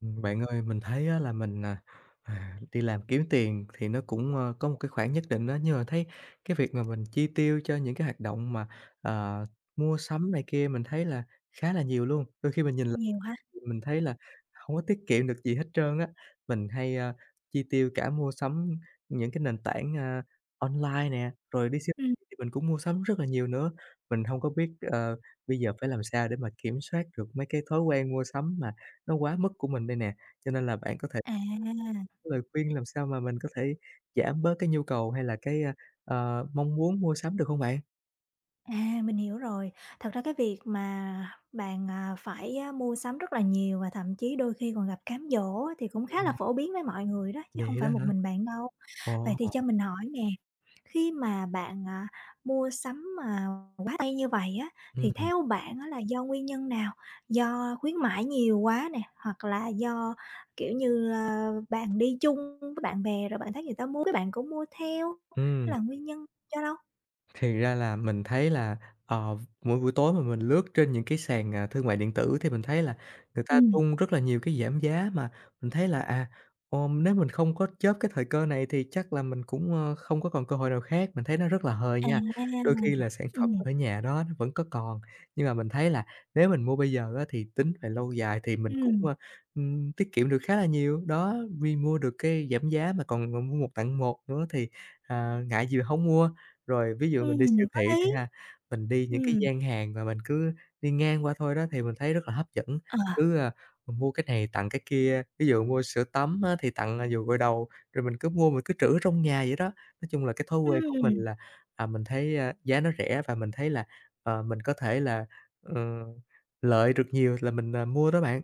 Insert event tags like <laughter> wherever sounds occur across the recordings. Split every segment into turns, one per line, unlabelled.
Bạn ơi, mình thấy á là đi làm kiếm tiền thì nó cũng, có một cái khoản nhất định đó nhưng mà thấy cái việc mà mình chi tiêu cho những cái hoạt động mà, ờ, mua sắm này kia mình thấy là khá là nhiều luôn. Đôi khi mình nhìn
Nhiều hả?
mình thấy là hông có tiết kiệm được gì hết trơn á. Mình hay, chi tiêu cả mua sắm những cái nền tảng, online nè, rồi đi siêu
Ừm,
thị thì mình cũng mua sắm rất là nhiều nữa. Mình hông có biết, bây giờ phải làm sao để mà kiểm soát được mấy cái thói quen mua sắm mà nó quá mức của mình đây nè. Cho nên là bạn có thể
à,
có lời khuyên làm sao mà mình có thể giảm bớt cái nhu cầu hay là cái, mong muốn mua sắm được hông bạn?
à, mình hiểu rồi. Thật ra cái việc mà bạn, phải, mua sắm rất là nhiều và thậm chí đôi khi còn gặp cám dỗ á thì cũng khá là
Ừm,
phổ biến với mọi người đó, chứ hông
vậy đó
phải một
hả?
mình bạn đâu. Vậy
Ồ,
thì cho mình hỏi nè, khi mà bạn, mua sắm mà quá tay như vậy á, thì
ừm,
theo bạn á là do nguyên nhân nào? Do khuyến mãi nhiều quá nè, hoặc là do, kiểu như, bạn đi chung với bạn bè rồi bạn thấy người ta mua cái bạn cũng mua theo, hay
ừm.
là nguyên nhân do đâu?
Thì ra là mình thấy là, ờ, mỗi buổi tối mà mình lướt trên những cái sàn, thương mại điện tử thì mình thấy là người ta
Ừm.
tung rất là nhiều cái giảm giá mà mình thấy là, nếu mình không có chớp cái thời cơ này thì chắc là mình cũng, không có còn cơ hội nào khác, mình thấy nó rất là hời
À.
nha. Đôi khi là sản phẩm
Ừm.
ở nhà đó nó vẫn có còn, nhưng mà mình thấy là nếu mình mua bây giờ á thì tính về lâu dài thì mình cũng,
Ừm.
tiết kiệm được khá là nhiều. Đó, vì mua được cái giảm giá mà còn, mua một tặng một nữa thì, ngại gì mà không mua. Rồi ví dụ mình đi siêu
Ừm. Có
thị đi
lý.
ha, mình đi những cái
Ừm.
gian hàng mà mình cứ đi ngang qua thôi đó thì mình thấy rất là hấp dẫn,
Ờ.
cứ, a, mình mua cái này tặng cái kia, ví dụ mua sữa tắm á thì tặng, dầu gội đầu, rồi mình cứ mua mình cứ trữ ở trong nhà vậy đó. Nói chung là cái thói quen của mình
Ừm.
là, mình thấy, giá nó rẻ và mình thấy là, mình có thể là, ờ, lợi được nhiều là mình, mua đó bạn.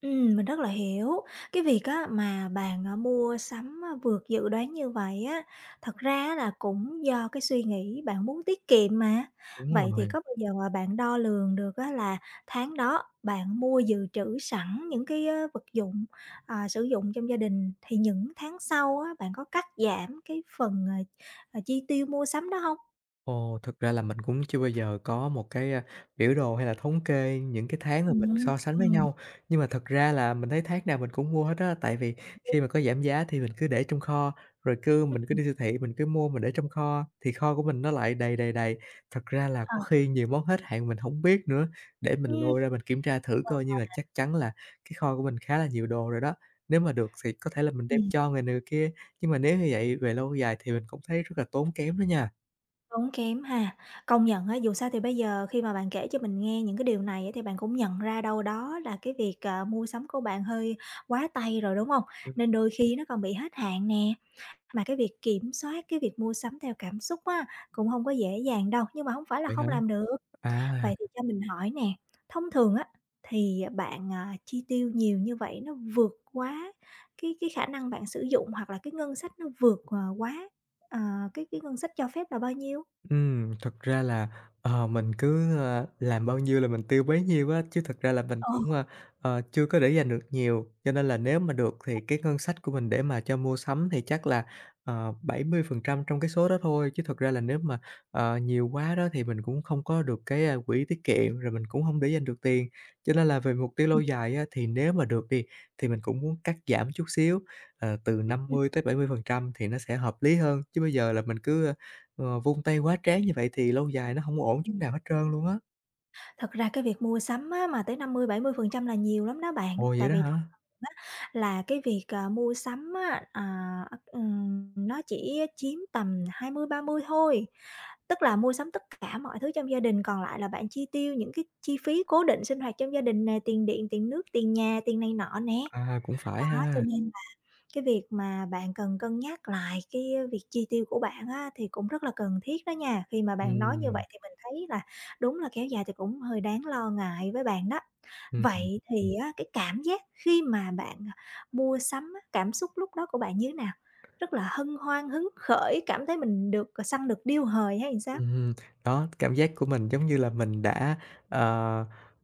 Mình rất là hiểu. Cái việc á mà bạn, mua sắm á vượt dự đoán như vậy á, thật ra á là cũng do cái suy nghĩ bạn muốn tiết kiệm mà.
Đúng
Vậy thì
rồi.
có bao giờ mà bạn đo lường được á là tháng đó bạn mua dự trữ sẵn những cái, vật dụng, sử dụng trong gia đình, thì những tháng sau á bạn có cắt giảm cái phần, chi tiêu mua sắm đó không?
Ồ, thực ra là mình cũng chưa bao giờ có một cái, biểu đồ hay là thống kê những cái tháng mà mình
Ừm.
so sánh với
Ừm.
nhau, nhưng mà thật ra là mình thấy tháng nào mình cũng mua hết á, tại vì khi mà có giảm giá thì mình cứ để trong kho, rồi cứ
Ừm.
mình cứ
Ờ.
đi siêu thị mình cứ mua mình để trong kho, thì kho của mình nó lại đầy. Thật ra là có khi nhiều món hết hạn mình không biết nữa, để mình lôi ra mình kiểm tra thử coi, nhưng mà chắc chắn là cái kho của mình khá là nhiều đồ rồi đó. Nếu mà được thì có thể là mình đem
Ừm.
cho người này người kia, nhưng mà nếu như vậy về lâu dài thì mình cũng thấy rất là tốn kém đó nha.
Tốn kém ha. Công nhận á, dù sao thì bây giờ khi mà bạn kể cho mình nghe những cái điều này á, thì bạn cũng nhận ra đâu đó là cái việc, mua sắm của bạn hơi quá tay rồi, đúng không? Nên đôi khi nó còn bị hết hạn nè, mà cái việc kiểm soát cái việc mua sắm theo cảm xúc á, cũng không có dễ dàng đâu, nhưng mà không phải là
Vậy hả?
không làm được.
À,
Vậy thì cho mình hỏi nè, thông thường á, thì, bạn, chi tiêu nhiều như vậy nó vượt quá cái khả năng bạn sử dụng hoặc là cái ngân sách nó vượt, quá, ờ, cái ngân sách cho phép là bao nhiêu?
ừm, thật ra là, mình cứ, làm bao nhiêu là mình tiêu bấy nhiêu á, chứ thực ra là mình
Ờ.
cũng, chưa có để dành được nhiều. Cho nên là nếu mà được thì cái ngân sách của mình để mà cho mua sắm thì chắc là, 70% trong cái số đó thôi, chứ thực ra là nếu mà, nhiều quá đó thì mình cũng không có được cái, quỹ tiết kiệm, rồi mình cũng hông để dành được tiền. Cho nên là về mục tiêu lâu
<laughs>
dài á, thì nếu mà được đi, thì mình cũng muốn cắt giảm chút xíu, từ
Ừm. Ừm.
50 tới 70% thì nó sẽ hợp lý hơn, chứ bây giờ là mình cứ ờ, vung tay quá trán như vậy thì lâu dài nó hổng ổn chút
Ừm.
nào hết trơn luôn á.
Thật ra cái việc mua sắm á, mà tới năm mươi mươi bảy mươi phần trăm là nhiều lắm đó bạn,
Ồ, vậy
tại
đó
vì thông
hả?
thường á, là cái việc, mua sắm á, nó chỉ chiếm tầm 20-30 thôi. Tức là mua sắm tất cả mọi thứ trong gia đình, còn lại là bạn chi tiêu những cái chi phí cố định sinh hoạt trong gia đình nè, tiền điện, tiền nước, tiền nhà, tiền này nọ nè.
À, cũng phải
Đó, cho
ha.
nên cái việc mà bạn cần cân nhắc lại cái, việc chi tiêu của bạn á, thì cũng rất là cần thiết đó nha. Khi mà bạn nói như
Ừm,
vậy thì mình thấy là đúng là kéo dài thì cũng hơi đáng lo ngại với bạn đó.
ừm.
Vậy thì á, cái cảm giác khi mà bạn, mua sắm á, cảm xúc lúc đó của bạn như thế nào? Rất là hân hoan, hứng khởi, cảm thấy mình được, săn được điêu hời hay sao?
Ừm, đó, cảm giác của mình giống như là mình đã, ờ,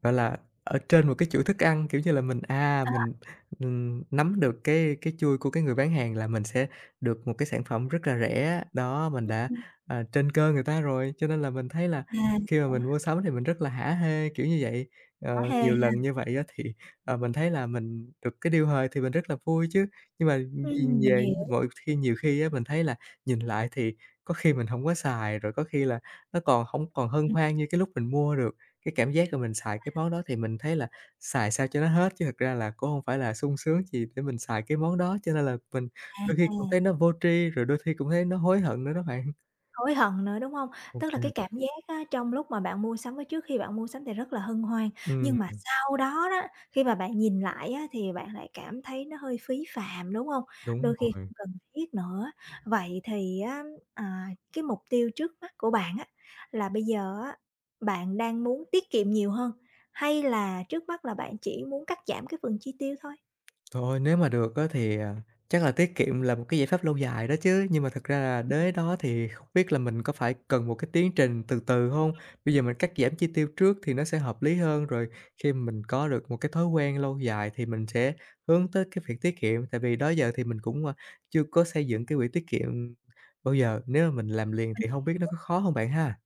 gọi là, ở trên một cái chuỗi thức ăn, kiểu như là, nắm được cái chui của cái người bán hàng là mình sẽ được một cái sản phẩm rất là rẻ. Đó, mình đã,
Ừm.
trên cơ người ta rồi, cho nên là mình thấy là
À.
khi mà mình mua sắm thì mình rất là hả hê, kiểu như vậy. Ờ,
Hả hê
nhiều
ha.
lần như vậy á thì, mình thấy là mình được cái điều hời thì mình rất là vui chứ, nhưng mà nhìn
Ừm. Mình
về
hiểu.
mỗi khi nhiều khi á, mình thấy là nhìn lại thì có khi mình hổng có xài, rồi có khi là nó còn hổng còn hân hoan như cái lúc mình mua được. Cái cảm giác là mình xài cái món đó thì mình thấy là xài sao cho nó hết, chứ thực ra là cũng hông phải là sung sướng gì để mình xài cái món đó, cho nên là mình đôi khi cũng thấy
À.
nó vô tri, rồi đôi khi cũng thấy nó hối hận nữa đó bạn.
Hối hận nữa, đúng hông?
OK,
Tức là cái cảm giác á, trong lúc mà bạn mua sắm với trước khi bạn mua sắm thì rất là hân hoan,
ừm,
nhưng mà sau đó đó, khi mà bạn nhìn lại á, thì bạn lại cảm thấy nó hơi phí phạm, đúng hông?
đúng
Đôi khi
rồi.
không cần thiết nữa. Vậy thì á, à, cái mục tiêu trước mắt của bạn á, là bây giờ á, bạn đang muốn tiết kiệm nhiều hơn, hay là trước mắt là bạn chỉ muốn cắt giảm cái phần chi tiêu thôi?
Thôi, nếu mà được á thì, chắc là tiết kiệm là một cái giải pháp lâu dài đó chứ, nhưng mà thật ra là đến đó thì không biết là mình có phải cần một cái tiến trình từ từ không. Bây giờ mình cắt giảm chi tiêu trước thì nó sẽ hợp lý hơn, rồi khi mình có được một cái thói quen lâu dài thì mình sẽ hướng tới cái việc tiết kiệm, tại vì đó giờ thì mình cũng, chưa có xây dựng cái quỹ tiết kiệm bao giờ, nếu mà mình làm liền thì không biết nó có khó không bạn ha?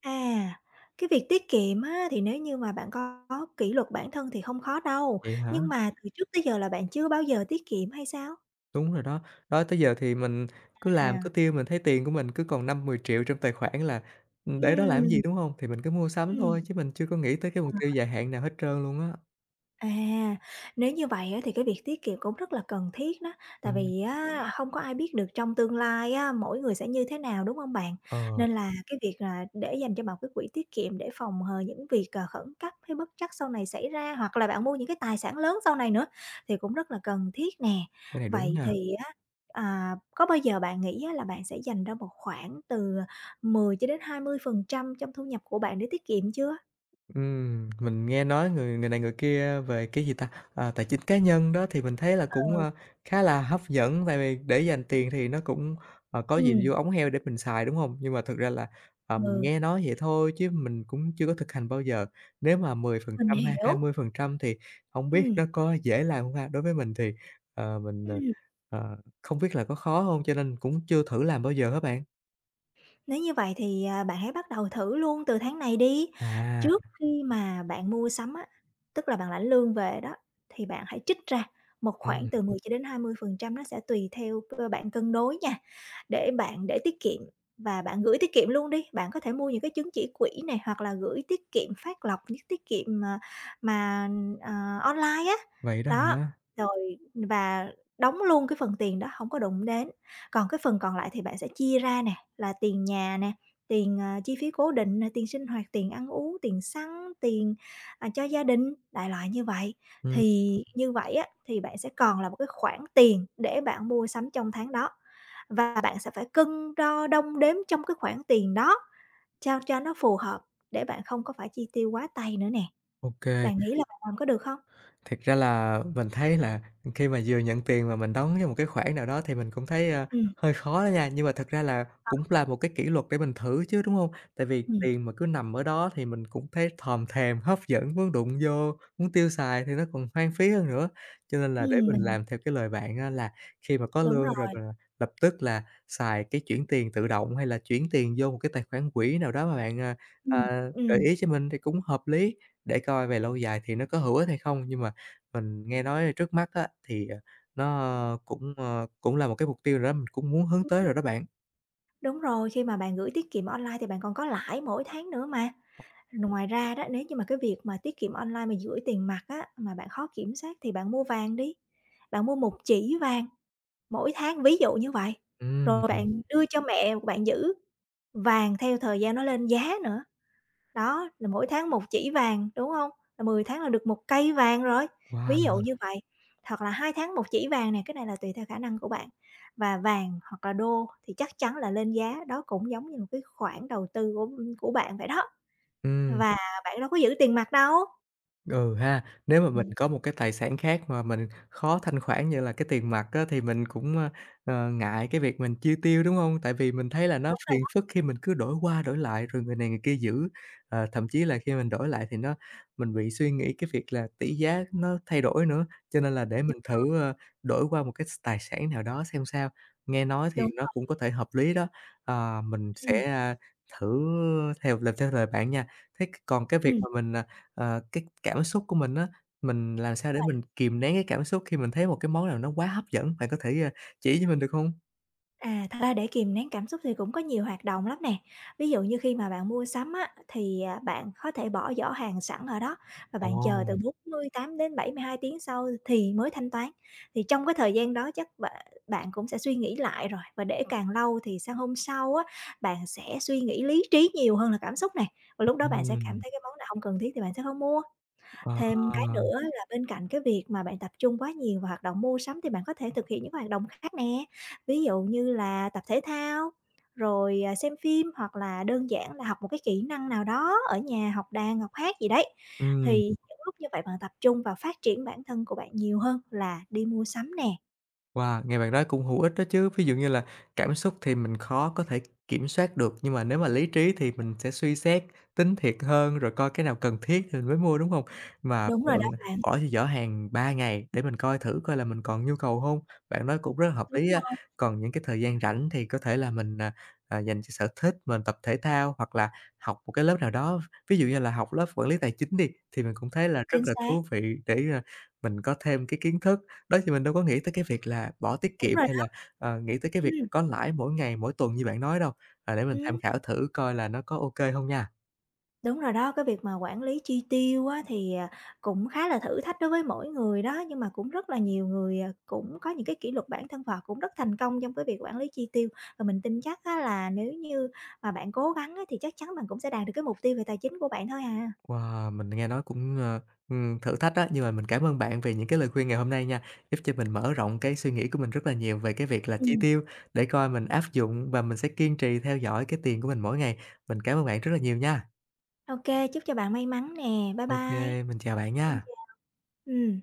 À, cái việc tiết kiệm á, thì nếu như mà bạn có kỷ luật bản thân thì không khó đâu,
Vậy hả?
nhưng mà từ trước tới giờ là bạn chưa bao giờ tiết kiệm hay sao?
Đúng rồi đó. Đó, tới giờ thì mình cứ làm, cứ
À.
tiêu, mình thấy tiền của mình cứ còn 5 10 triệu trong tài khoản là, để đó làm cái
Ừm.
gì, đúng hông? Thì mình cứ mua sắm
Ừm.
thôi chứ mình chưa có nghĩ tới cái mục tiêu dài hạn nào hết trơn luôn á.
À, nếu như vậy á thì cái việc tiết kiệm cũng rất là cần thiết đó, tại
Ừm,
vì á hông có ai biết được trong tương lai á, mỗi người sẽ như thế nào, đúng không bạn?
ờ,
Nên là cái việc là để dành cho một cái quỹ tiết kiệm để phòng hờ những việc, khẩn cấp hay bất trắc sau này xảy ra, hoặc là bạn mua những cái tài sản lớn sau này nữa thì cũng rất là cần thiết nè.
cái này đúng
Vậy
nha.
thì á, có bao giờ bạn nghĩ á là bạn sẽ dành ra một khoản từ 10-20% trong thu nhập của bạn để tiết kiệm chưa?
Mình nghe nói người người này người kia về cái gì ta? À, tài chính cá nhân đó thì mình thấy là cũng,
Ờ.
khá là hấp dẫn, tại vì để dành tiền thì nó cũng, có gì
Ừm.
vô ống heo để mình xài, đúng không? Nhưng mà thực ra là, mình
Ừ.
nghe nói vậy thôi chứ mình cũng chưa có thực hành bao giờ. Nếu mà mười phần
Mình
trăm hay hai
hiểu.
mươi phần trăm thì không biết
Ừm.
nó có dễ làm không ha? Đối với mình thì, ờ, mình, ờ,
Ừm,
ờ, không biết là có khó không cho nên cũng chưa thử làm bao giờ các bạn.
nếu như vậy thì, bạn hãy bắt đầu thử luôn từ tháng này đi.
À,
Trước khi mà bạn mua sắm á, tức là bạn lãnh lương về đó, thì bạn hãy trích ra một
ừm,
khoản từ 10 cho đến 20%, nó sẽ tùy theo bạn cân đối nha, để bạn để tiết kiệm và bạn gửi tiết kiệm luôn đi. Bạn có thể mua những cái chứng chỉ quỹ này hoặc là gửi tiết kiệm phát lộc, những tiết kiệm mà mà, ờ, online á.
vậy đó
Đó,
hả?
rồi và đóng luôn cái phần tiền đó, hổng có đụng đến. Còn cái phần còn lại thì bạn sẽ chia ra nè, là tiền nhà nè, tiền, chi phí cố định nè, tiền sinh hoạt, tiền ăn uống, tiền xăng, tiền, cho gia đình, đại loại như vậy.
Ừm,
Thì như vậy á, thì bạn sẽ còn là một cái khoản tiền để bạn mua sắm trong tháng đó, và bạn sẽ phải cân đo đong đếm trong cái khoản tiền đó sao cho nó phù hợp để bạn không có phải chi tiêu quá tay nữa nè.
ô,
Bạn nghĩ là bạn làm có được không?
thực ra là mình thấy là khi mà vừa nhận tiền mà mình đóng cho một cái khoản nào đó thì mình cũng thấy,
Ừm.
hơi khó đó nha, nhưng mà thật ra là cũng là một cái kỷ luật để mình thử chứ, đúng không? Tại vì
Ừm.
tiền mà cứ nằm ở đó thì mình cũng thấy thòm thèm, hấp dẫn, muốn đụng vô, muốn tiêu xài thì nó còn hoang phí hơn nữa. Cho nên là để
Ừm.
mình làm theo cái lời bạn á là khi mà có
Đúng
lương rồi
rồi.
mình lập tức là xài cái chuyển tiền tự động hay là chuyển tiền vô một cái tài khoản quỹ nào đó mà bạn,
Ừm.
à, gợi
Ừm.
ý cho mình thì cũng hợp lý, để coi về lâu dài thì nó có hữu ích hay không. Nhưng mà mình nghe nói trước mắt á, thì, nó cũng, cũng là một cái mục tiêu rồi đó, mình cũng muốn hướng tới rồi đó bạn.
Đúng rồi, khi mà bạn gửi tiết kiệm online thì bạn còn có lãi mỗi tháng nữa mà. Ngoài ra đó, nếu như mà cái việc mà tiết kiệm online mà gửi tiền mặt á, mà bạn khó kiểm soát thì bạn mua vàng đi. Bạn mua một chỉ vàng mỗi tháng, ví dụ như vậy.
Ừm.
Rồi bạn đưa cho mẹ bạn giữ vàng theo thời gian nó lên giá nữa. Đó, là mỗi tháng một chỉ vàng, đúng hông? Là 10 tháng là được một cây vàng rồi, ví dụ
Wow!
như vậy, hoặc là 2 tháng một chỉ vàng nè, cái này là tùy theo khả năng của bạn. Và vàng hoặc là đô thì chắc chắn là lên giá, đó cũng giống như một cái khoản đầu tư của, bạn vậy đó,
Ừm.
và bạn đâu có giữ tiền mặt đâu.
Ừ ha, nếu mà mình
Ừm.
có một cái tài sản khác mà mình khó thanh khoản như là cái tiền mặt á, thì mình cũng, ngại cái việc mình chi tiêu, đúng không? Tại vì mình thấy là nó phiền phức khi mình cứ đổi qua đổi lại rồi người này người kia giữ, thậm chí là khi mình đổi lại thì nó mình bị suy nghĩ cái việc là tỷ giá nó thay đổi nữa. Cho nên là để mình thử, đổi qua một cái tài sản nào đó xem sao, nghe nói thì
Đúng.
nó cũng có thể hợp lý đó. Ờ, mình
Ừm.
sẽ, thử làm theo lời bạn nha. Thế còn cái việc
Ừm.
mà mình, ờ, cái cảm xúc của mình á, mình làm sao để mình kìm nén cái cảm xúc khi mình thấy một cái món nào nó quá hấp dẫn, bạn có thể, chỉ cho mình được không?
À, thật ra để kìm nén cảm xúc thì cũng có nhiều hoạt động lắm nè. Ví dụ như khi mà bạn mua sắm á, thì, bạn có thể bỏ giỏ hàng sẵn ở đó và bạn chờ từ
Ồ,
48 đến 72 tiếng sau thì mới thanh toán. Thì trong cái thời gian đó chắc bạn bạn cũng sẽ suy nghĩ lại rồi, và để càng lâu thì sang hôm sau á, bạn sẽ suy nghĩ lý trí nhiều hơn là cảm xúc này và lúc đó bạn sẽ cảm
ừm,
thấy cái món nào không cần thiết thì bạn sẽ không mua. Thêm cái
à,
nữa là bên cạnh cái việc mà bạn tập trung quá nhiều vào hoạt động mua sắm thì bạn có thể thực hiện những hoạt động khác nè, ví dụ như là tập thể thao, rồi, xem phim hoặc là đơn giản là học một cái kỹ năng nào đó ở nhà, học đàn, học hát gì đấy.
ừm.
Thì những lúc như vậy bạn tập trung vào phát triển bản thân của bạn nhiều hơn là đi mua sắm nè.
Wow, nghe bạn nói cũng hữu ích đó chứ. Ví dụ như là cảm xúc thì mình khó có thể kiểm soát được, nhưng mà nếu mà lý trí thì mình sẽ suy xét, tính thiệt hơn rồi coi cái nào cần thiết thì mình mới mua, đúng không? Mà
Đúng rồi đó
bạn
bạn.
bỏ vô giỏ hàng 3 ngày để mình coi thử coi là mình còn nhu cầu không? Bạn nói cũng rất là hợp
Đúng
lý á.
rồi.
Còn những cái thời gian rảnh thì có thể là mình, dành cho sở thích, mình tập thể thao hoặc là học một cái lớp nào đó. Ví dụ như là học lớp quản lý tài chính đi, thì mình cũng thấy là
Chính
rất là
xác.
thú vị để, mình có thêm cái kiến thức đó, thì mình đâu có nghĩ tới cái việc là bỏ tiết
Đúng
kiệm
rồi
hay là,
đó.
nghĩ tới cái
Ừ.
việc có lãi mỗi ngày, mỗi tuần như bạn nói đâu. À, để mình tham
Ừm.
khảo thử coi là nó có ô kê hông nha.
Đúng rồi đó, cái việc mà quản lý chi tiêu á thì, cũng khá là thử thách đối với mỗi người đó, nhưng mà cũng rất là nhiều người, cũng có những cái kỷ luật bản thân và cũng rất thành công trong cái việc quản lý chi tiêu. Và mình tin chắc á là nếu như mà bạn cố gắng á thì chắc chắn bạn cũng sẽ đạt được cái mục tiêu về tài chính của bạn thôi à.
Wow, mình nghe nói cũng, thử thách á, nhưng mà mình cảm ơn bạn vì những cái lời khuyên ngày hôm nay nha, giúp cho mình mở rộng cái suy nghĩ của mình rất là nhiều về cái việc là chi
Ừm.
tiêu, để coi mình áp dụng và mình sẽ kiên trì theo dõi cái tiền của mình mỗi ngày. Mình cảm ơn bạn rất là nhiều nha.
Ô, chúc cho bạn may mắn nè. Bye
Ô
bye.
kê, mình chào bạn
Xin
nha.
chào. Ừ.